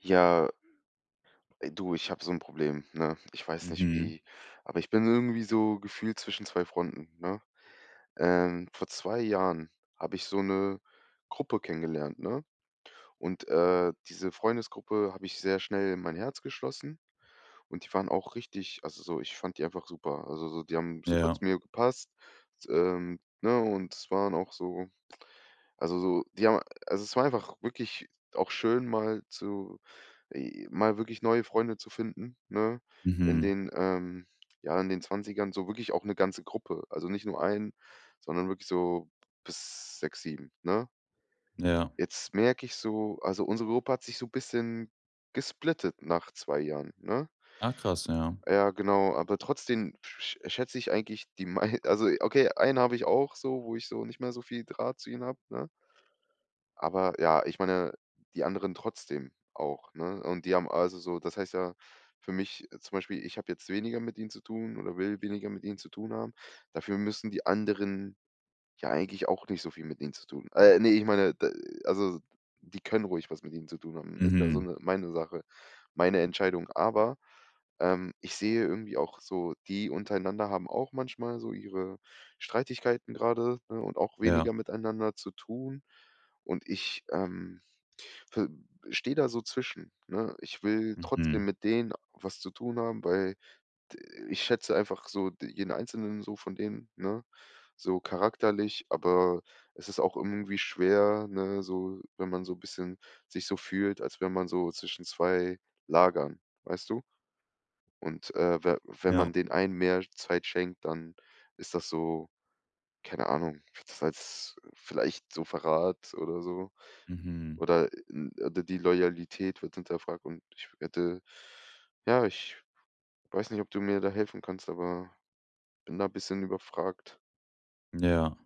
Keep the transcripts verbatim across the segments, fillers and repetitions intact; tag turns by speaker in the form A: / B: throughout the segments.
A: Ja, äh, du, ich habe so ein Problem, ne? Ich weiß nicht
B: Mhm.
A: wie, aber ich bin irgendwie so gefühlt zwischen zwei Fronten, ne? Ähm, vor zwei Jahren habe ich so eine Gruppe kennengelernt, ne? Und, äh, diese Freundesgruppe habe ich sehr schnell in mein Herz geschlossen, und die waren auch richtig, also, so ich fand die einfach super. Also, so die haben super
B: Ja.
A: zu mir gepasst, s ähm, ne, und es waren auch so. Also so, die haben, also es war einfach wirklich auch schön, mal zu äh, mal wirklich neue Freunde zu finden, ne? In
B: Mhm.
A: den, ähm ja, in den Zwanzigern so wirklich auch eine ganze Gruppe. Also nicht nur einen, sondern wirklich so bis sechs, sieben, ne?
B: Ja.
A: Jetzt merke ich so, also unsere Gruppe hat sich so ein bisschen gesplittet nach zwei Jahren, ne?
B: Ah, krass, ja.
A: Ja, genau, aber trotzdem sch schätze ich eigentlich die, mei also okay, einen habe ich auch so, wo ich so nicht mehr so viel Draht zu ihnen habe, ne? Aber ja, ich meine, die anderen trotzdem auch, ne? Und die haben, also so, das heißt ja für mich, äh, zum Beispiel, ich habe jetzt weniger mit ihnen zu tun oder will weniger mit ihnen zu tun haben. Dafür müssen die anderen ja eigentlich auch nicht so viel mit ihnen zu tun. Äh, ne, ich meine, d also, die können ruhig was mit ihnen zu tun haben. Ist ja so
B: Mhm.
A: 'ne meine Sache, meine Entscheidung. Aber, ähm, ich sehe irgendwie auch so, die untereinander haben auch manchmal so ihre Streitigkeiten grade, ne, und auch
B: Ja.
A: weniger miteinander zu tun. Und ich, ähm, v stehe da so zwischen, ne? Ich will trotzdem
B: Mhm.
A: mit denen was zu tun haben, weil ich schätze einfach so d jeden einzelnen so von denen, ne, so charakterlich, aber es ist auch irgendwie schwer, ne, so wenn man so ein bisschen sich so fühlt, als wäre man so zwischen zwei Lagern, weißt du? Und, äh, we wenn
B: Ja.
A: man den einen mehr Zeit schenkt, dann ist das so, keine Ahnung, wird das als vielleicht so Verrat oder so
B: Mhm.
A: oder äh, n oder die Loyalität wird hinterfragt, und ich hätte ja, ich weiß nicht, ob du mir da helfen kannst, aber bin da ein bisschen überfragt.
B: Ja.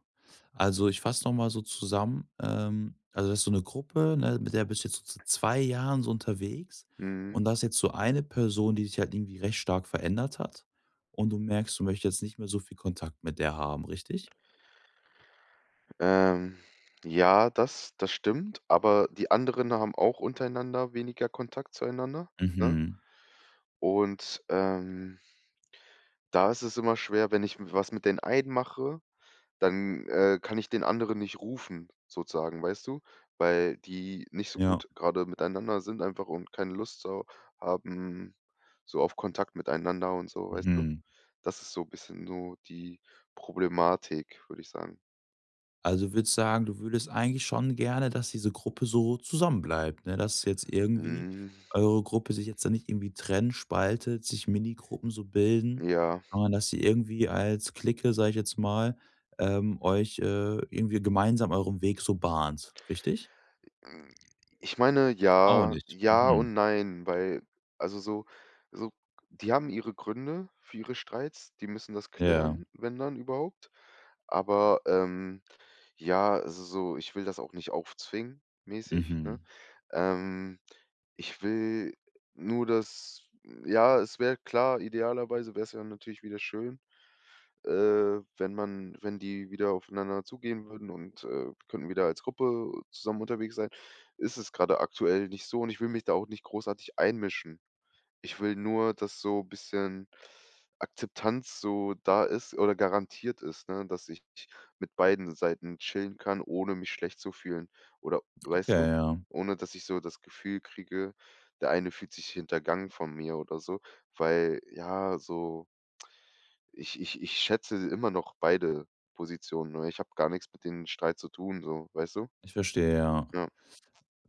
B: Also, ich fasse noch mal so zusammen, ähm, also, das ist so eine Gruppe, ne, mit der bist du jetzt so zu zwei Jahren so unterwegs,
A: Mhm.
B: und da ist jetzt so eine Person, die dich halt irgendwie recht stark verändert hat, und du merkst, du möchtest jetzt nicht mehr so viel Kontakt mit der haben, richtig?
A: Ähm, ja, das das stimmt, aber die anderen haben auch untereinander weniger Kontakt zueinander, ne?
B: Mhm.
A: Und, ähm, da ist es immer schwer, wenn ich was mit den einen mache, dann, äh, kann ich den anderen nicht rufen sozusagen, weißt du? Weil die nicht so
B: Ja.
A: gut gerade miteinander sind einfach und keine Lust so haben so auf Kontakt miteinander und so, weißt du?
B: Mhm.
A: Das ist so ein bisschen so die Problematik, würde ich sagen.
B: Also, würde sagen, du würdest eigentlich schon gerne, dass diese Gruppe so zusammenbleibt, ne? Dass jetzt irgendwie
A: Hm,
B: eure Gruppe sich jetzt da nicht irgendwie trennt, spaltet, sich Minigruppen so bilden,
A: ja.
B: sondern dass sie irgendwie als Clique, sage ich jetzt mal, ähm, euch, äh, irgendwie gemeinsam euren Weg so bahnt, richtig?
A: Hm, ich meine,
B: Auch
A: ja.
B: nicht.
A: Ja
B: Mhm.
A: und nein, weil, also so so, die haben ihre Gründe für ihre Streits, die müssen das
B: Ja.
A: klären, wenn dann überhaupt. Aber, ähm, ja, also so, ich will das auch nicht aufzwingen mäßig, ne?
B: Mhm.
A: Ähm, Ich will nur, dass, ja, es wäre klar, idealerweise wäre es ja natürlich wieder schön, äh, wenn man wenn die wieder aufeinander zugehen würden und, äh, könnten wieder als Gruppe zusammen unterwegs sein, ist es gerade aktuell nicht so, und ich will mich da auch nicht großartig einmischen. Ich will nur, dass so ein bisschen Akzeptanz so da ist oder garantiert ist, ne, dass ich mit beiden Seiten chillen kann, ohne mich schlecht zu fühlen oder
B: Okay,
A: weißt du?
B: ja.
A: Ohne, dass ich so das Gefühl kriege, der eine fühlt sich hintergangen von mir oder so, weil, ja, so ich ich ich schätze immer noch beide Positionen, ne? Ich habe gar nichts mit dem Streit zu tun, so, weißt du?
B: Ich verstehe, ja.
A: Ja.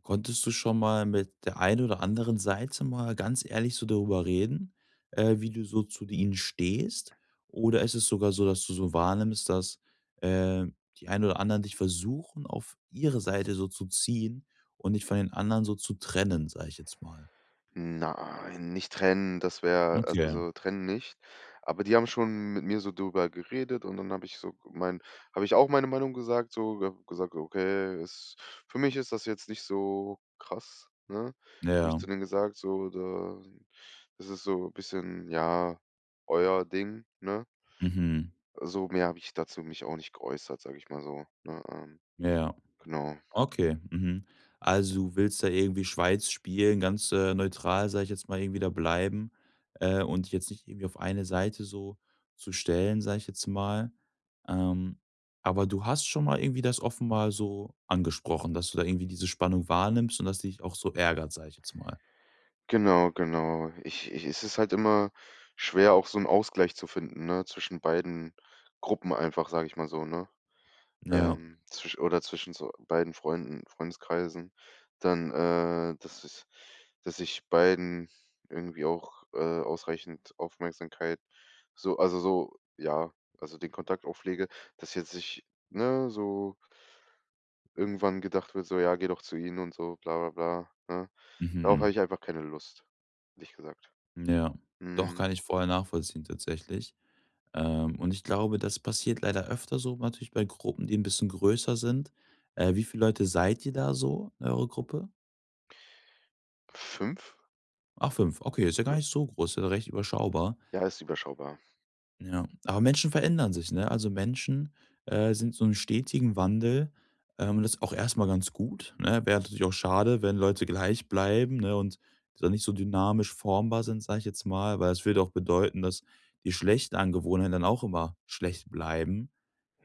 B: Konntest du schon mal mit der einen oder anderen Seite mal ganz ehrlich so darüber reden, äh, wie du so zu ihnen stehst? Oder ist es sogar so, dass du so wahrnimmst, dass, äh, die einen oder anderen dich versuchen, auf ihre Seite so zu ziehen und dich von den anderen so zu trennen, sage ich jetzt mal?
A: Nein, nicht trennen, das wäre, also
B: Okay,
A: so trennen nicht. Aber die haben schon mit mir so drüber geredet, und dann habe ich so mein, habe ich auch meine Meinung gesagt, so habe gesagt: „Okay, ist, für mich ist das jetzt nicht so krass“, ne? Habe ich
B: ja,
A: zu denen gesagt, so, da, das ist so ein bisschen, ja, euer Ding, ne?
B: mhm,
A: So mehr habe ich dazu mich auch nicht geäußert, sage ich mal so, ne, ähm
B: ja.
A: Genau.
B: Okay, mhm. Also, du willst da irgendwie Schweiz spielen, ganz, äh, neutral, sage ich jetzt mal, irgendwie da bleiben, äh, und dich jetzt nicht irgendwie auf eine Seite so zu stellen, sage ich jetzt mal. Ähm, aber du hast schon mal irgendwie das offenbar so angesprochen, dass du da irgendwie diese Spannung wahrnimmst und dass dich auch so ärgert, sage ich jetzt mal.
A: Genau, genau. Ich ich Es ist halt immer schwer, auch so einen Ausgleich zu finden, ne, zwischen beiden Gruppen einfach, sage ich mal so, ne?
B: Ja,
A: Ähm, zwisch oder zwischen so beiden Freunden Freundeskreisen. Dann, äh, dass ich, dass ich beiden irgendwie auch, äh, ausreichend Aufmerksamkeit, so also so, ja, also den Kontakt auflege, dass jetzt ich, ne, so irgendwann gedacht wird so: „Ja, geh doch zu ihnen“ und so, bla bla bla, ne? Darauf habe
B: mhm,
A: ich einfach keine Lust, ehrlich gesagt.
B: ja. Doch,
A: Mhm.
B: kann ich vorher nachvollziehen tatsächlich. Ähm, und ich glaube, das passiert leider öfter so, natürlich bei Gruppen, die ein bisschen größer sind. Äh, wie viele Leute seid ihr da so in eurer Gruppe?
A: fünf?
B: Ach, fünf. Okay, ist ja gar
A: Ja.
B: nicht so groß, ist ja recht überschaubar.
A: Ja, ist überschaubar.
B: Ja, aber Menschen verändern sich, ne? Also, Menschen, äh, sind so einen stetigen Wandel, ähm, das ist auch erstmal ganz gut, ne? Wäre natürlich auch schade, wenn Leute gleich bleiben, ne, und da nicht so dynamisch formbar sind, sage ich jetzt mal, weil das würde auch bedeuten, dass die schlechten Angewohnheiten dann auch immer schlecht bleiben.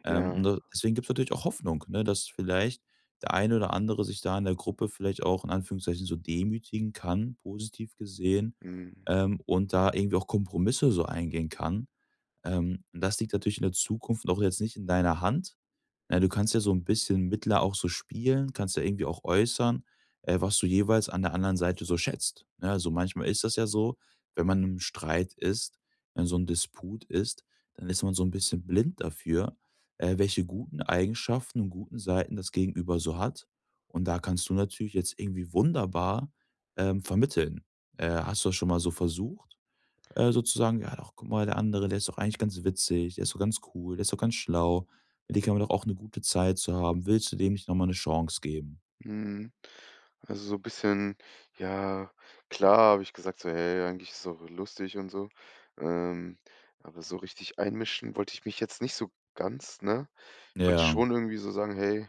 B: Ähm, und
A: Ja,
B: da deswegen gibt's natürlich auch Hoffnung, ne, dass vielleicht der eine oder andere sich da in der Gruppe vielleicht auch in Anführungszeichen so demütigen kann, positiv gesehen,
A: mhm,
B: ähm, und da irgendwie auch Kompromisse so eingehen kann. Ähm, und das liegt natürlich in der Zukunft auch jetzt nicht in deiner Hand. Na, du kannst ja so ein bisschen mittler auch so spielen, kannst ja irgendwie auch äußern, äh, was du jeweils an der anderen Seite so schätzt, ne? Also, manchmal ist das ja so, wenn man im Streit ist, wenn so ein Disput ist, dann ist man so ein bisschen blind dafür, äh, welche guten Eigenschaften und guten Seiten das Gegenüber so hat. Und da kannst du natürlich jetzt irgendwie wunderbar, ähm, vermitteln. Äh, hast du das schon mal so versucht? Äh, sozusagen: „Ja doch, guck mal, der andere, der ist doch eigentlich ganz witzig, der ist doch ganz cool, der ist doch ganz schlau. Mit dem kann man doch auch eine gute Zeit zu haben. Willst du dem nicht noch mal 'ne Chance geben?“
A: mhm. Also, so ein bisschen, ja, klar habe ich gesagt so: „Hey, eigentlich ist es auch lustig und so.“ Ähm, aber so richtig einmischen wollte ich mich jetzt nicht so ganz, ne? Wollte
B: Ja,
A: schon irgendwie so sagen: „Hey,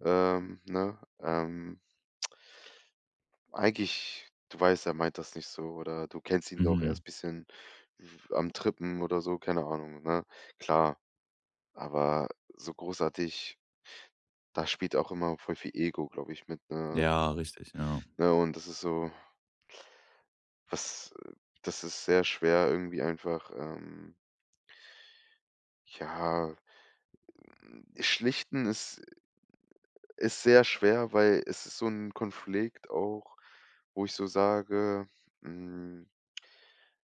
A: ähm, ne, ähm“ Eigentlich, du weißt, er meint das nicht so, oder du kennst ihn doch, er
B: mhm.
A: ist bisschen am Trippen oder so, keine Ahnung, ne? Klar, aber so großartig, da spielt auch immer voll viel Ego, glaube ich, mit, ähm,
B: Ja, richtig, ja.
A: ne? Und das ist so, was äh, das ist sehr schwer irgendwie einfach, ähm ja, hm, schlichten ist ist sehr schwer, weil es ist so ein Konflikt auch, wo ich so sage, hm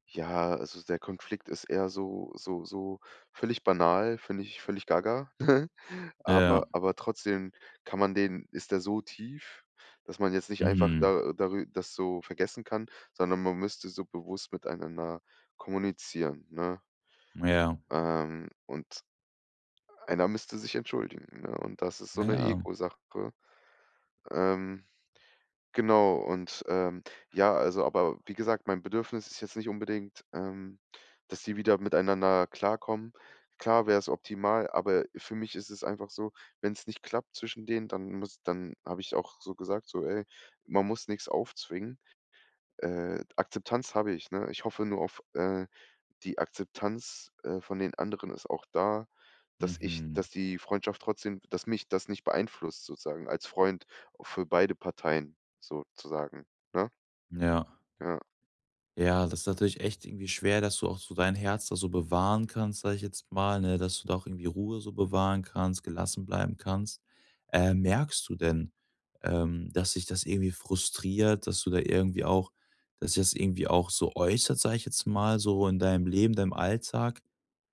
A: ja, also der Konflikt ist eher so so so völlig banal, finde ich völlig gaga,
B: Ja,
A: aber aber trotzdem, kann man den, ist der so tief, dass man jetzt nicht einfach
B: mhm.
A: da darü das so vergessen kann, sondern man müsste so bewusst miteinander kommunizieren, ne?
B: Ja,
A: Ähm, und einer müsste sich entschuldigen, ne? Und das ist so eine
B: ja,
A: Ego-Sache. Ähm Genau. Und, ähm, ja, also, aber wie gesagt, mein Bedürfnis ist jetzt nicht unbedingt, ähm, dass die wieder miteinander klarkommen. Klar wäre es optimal, aber für mich ist es einfach so, wenn es nicht klappt zwischen denen, dann muss dann habe ich auch so gesagt, so: „Ey, man muss nichts aufzwingen.“ Äh, Akzeptanz habe ich, ne? Ich hoffe nur auf, äh die Akzeptanz, äh, von den anderen ist auch da, dass ich
B: mhm.
A: dass die Freundschaft trotzdem dass mich das nicht beeinflusst sozusagen als Freund für beide Parteien sozusagen, ne?
B: Ja.
A: Ja.
B: Ja, das ist natürlich echt irgendwie schwer, dass du auch so dein Herz da so bewahren kannst, sage ich jetzt mal, ne, dass du da auch irgendwie Ruhe so bewahren kannst, gelassen bleiben kannst. Äh, merkst du denn, ähm, dass sich das irgendwie frustriert, dass du da irgendwie auch, dass sich das irgendwie auch so äußert, sage ich jetzt mal, so in deinem Leben, deinem Alltag?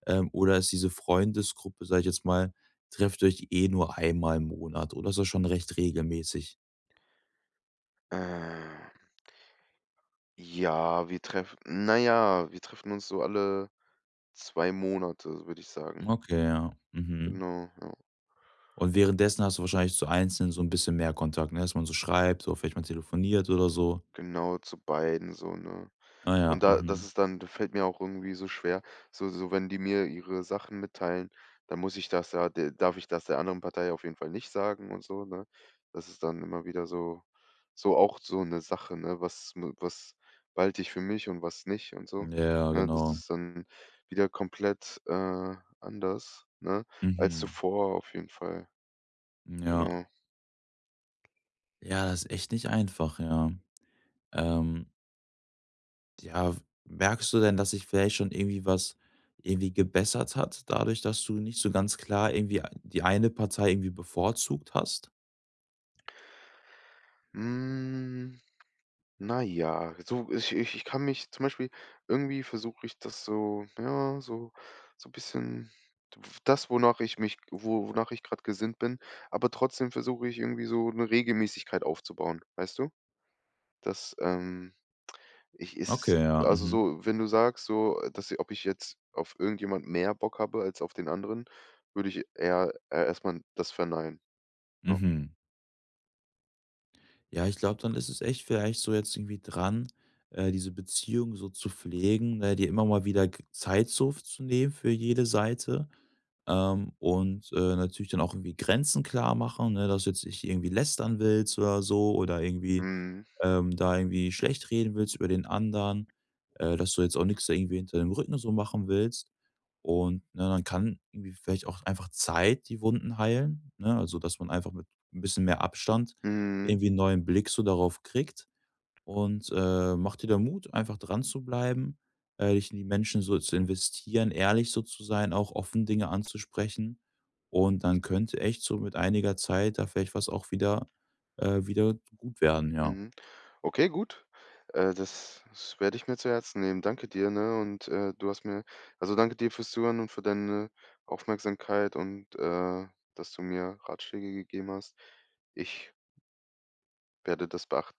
B: Ähm, oder ist diese Freundesgruppe, sage ich jetzt mal, trefft euch eh nur einmal im Monat oder ist das schon recht regelmäßig?
A: Äh, ja, wir treffen naja, wir treffen uns so alle zwei Monate, würde ich sagen.
B: Okay, ja. Mhm.
A: Genau, ja.
B: Und währenddessen hast du wahrscheinlich zu Einzelnen so ein bisschen mehr Kontakt, ne, dass man so schreibt, so vielleicht mal telefoniert oder so.
A: Genau, zu beiden so, ne?
B: Ah ja,
A: Und da, das
B: mhm.
A: ist dann, da fällt mir auch irgendwie so schwer, so so wenn die mir ihre Sachen mitteilen, dann muss ich das ja de darf ich das der anderen Partei auf jeden Fall nicht sagen und so, ne? Das ist dann immer wieder so, so auch so eine Sache, ne? Was m was behalte ich für mich und was nicht und so,
B: Ja, ja,
A: ne? Das
B: genau.
A: ist dann wieder komplett, äh, anders, ne, als
B: Mhm.
A: zuvor auf jeden Fall,
B: Ja.
A: genau.
B: Ja, das ist echt nicht einfach, ja. Ähm, ja, merkst du denn, dass sich vielleicht schon irgendwie was irgendwie gebessert hat, dadurch, dass du nicht so ganz klar irgendwie die eine Partei irgendwie bevorzugt hast?
A: Hm. Na ja, so ich ich ich kann mich zum Beispiel irgendwie, versuche ich das so, ja, so so ein bisschen, das, wonach ich mich wo wonach ich gerade gesinnt bin, aber trotzdem versuche ich irgendwie so eine Regelmäßigkeit aufzubauen, weißt du? Das, ähm, ich ist
B: Okay, ja,
A: Also
B: mhm.
A: so, wenn du sagst so, dass ich, ob ich jetzt auf irgendjemand mehr Bock habe als auf den anderen, würde ich eher eher erst das verneinen. Ja.
B: Mhm. Ja, ich glaube, dann ist es echt vielleicht so jetzt irgendwie dran, äh, diese Beziehung so zu pflegen, ne, dir immer mal wieder g- Zeit so zu nehmen für jede Seite. Ähm, und äh, natürlich dann auch irgendwie Grenzen klar machen, ne, dass du jetzt nicht irgendwie lästern willst oder so oder irgendwie
A: Mhm.
B: ähm, da irgendwie schlecht reden willst über den anderen, äh, dass du jetzt auch nichts da irgendwie hinter dem Rücken so machen willst. Und, ne, dann kann irgendwie vielleicht auch einfach Zeit die Wunden heilen, ne? Also, dass man einfach mit ein bisschen mehr Abstand
A: Mhm.
B: irgendwie 'n neuen Blick so darauf kriegt. Und, äh, mach dir da Mut, einfach dran zu bleiben, äh, dich in die Menschen so zu investieren, ehrlich so zu sein, auch offen Dinge anzusprechen. Und dann könnte echt so mit einiger Zeit da vielleicht was auch wieder äh, wieder gut werden, ja.
A: Mhm. Okay, gut. Äh, das das werde ich mir zu Herzen nehmen. Danke dir, ne? Und, äh, du hast mir also, danke dir fürs Zuhören und für deine Aufmerksamkeit und, äh, dass du mir Ratschläge gegeben hast. Ich werde das beachten.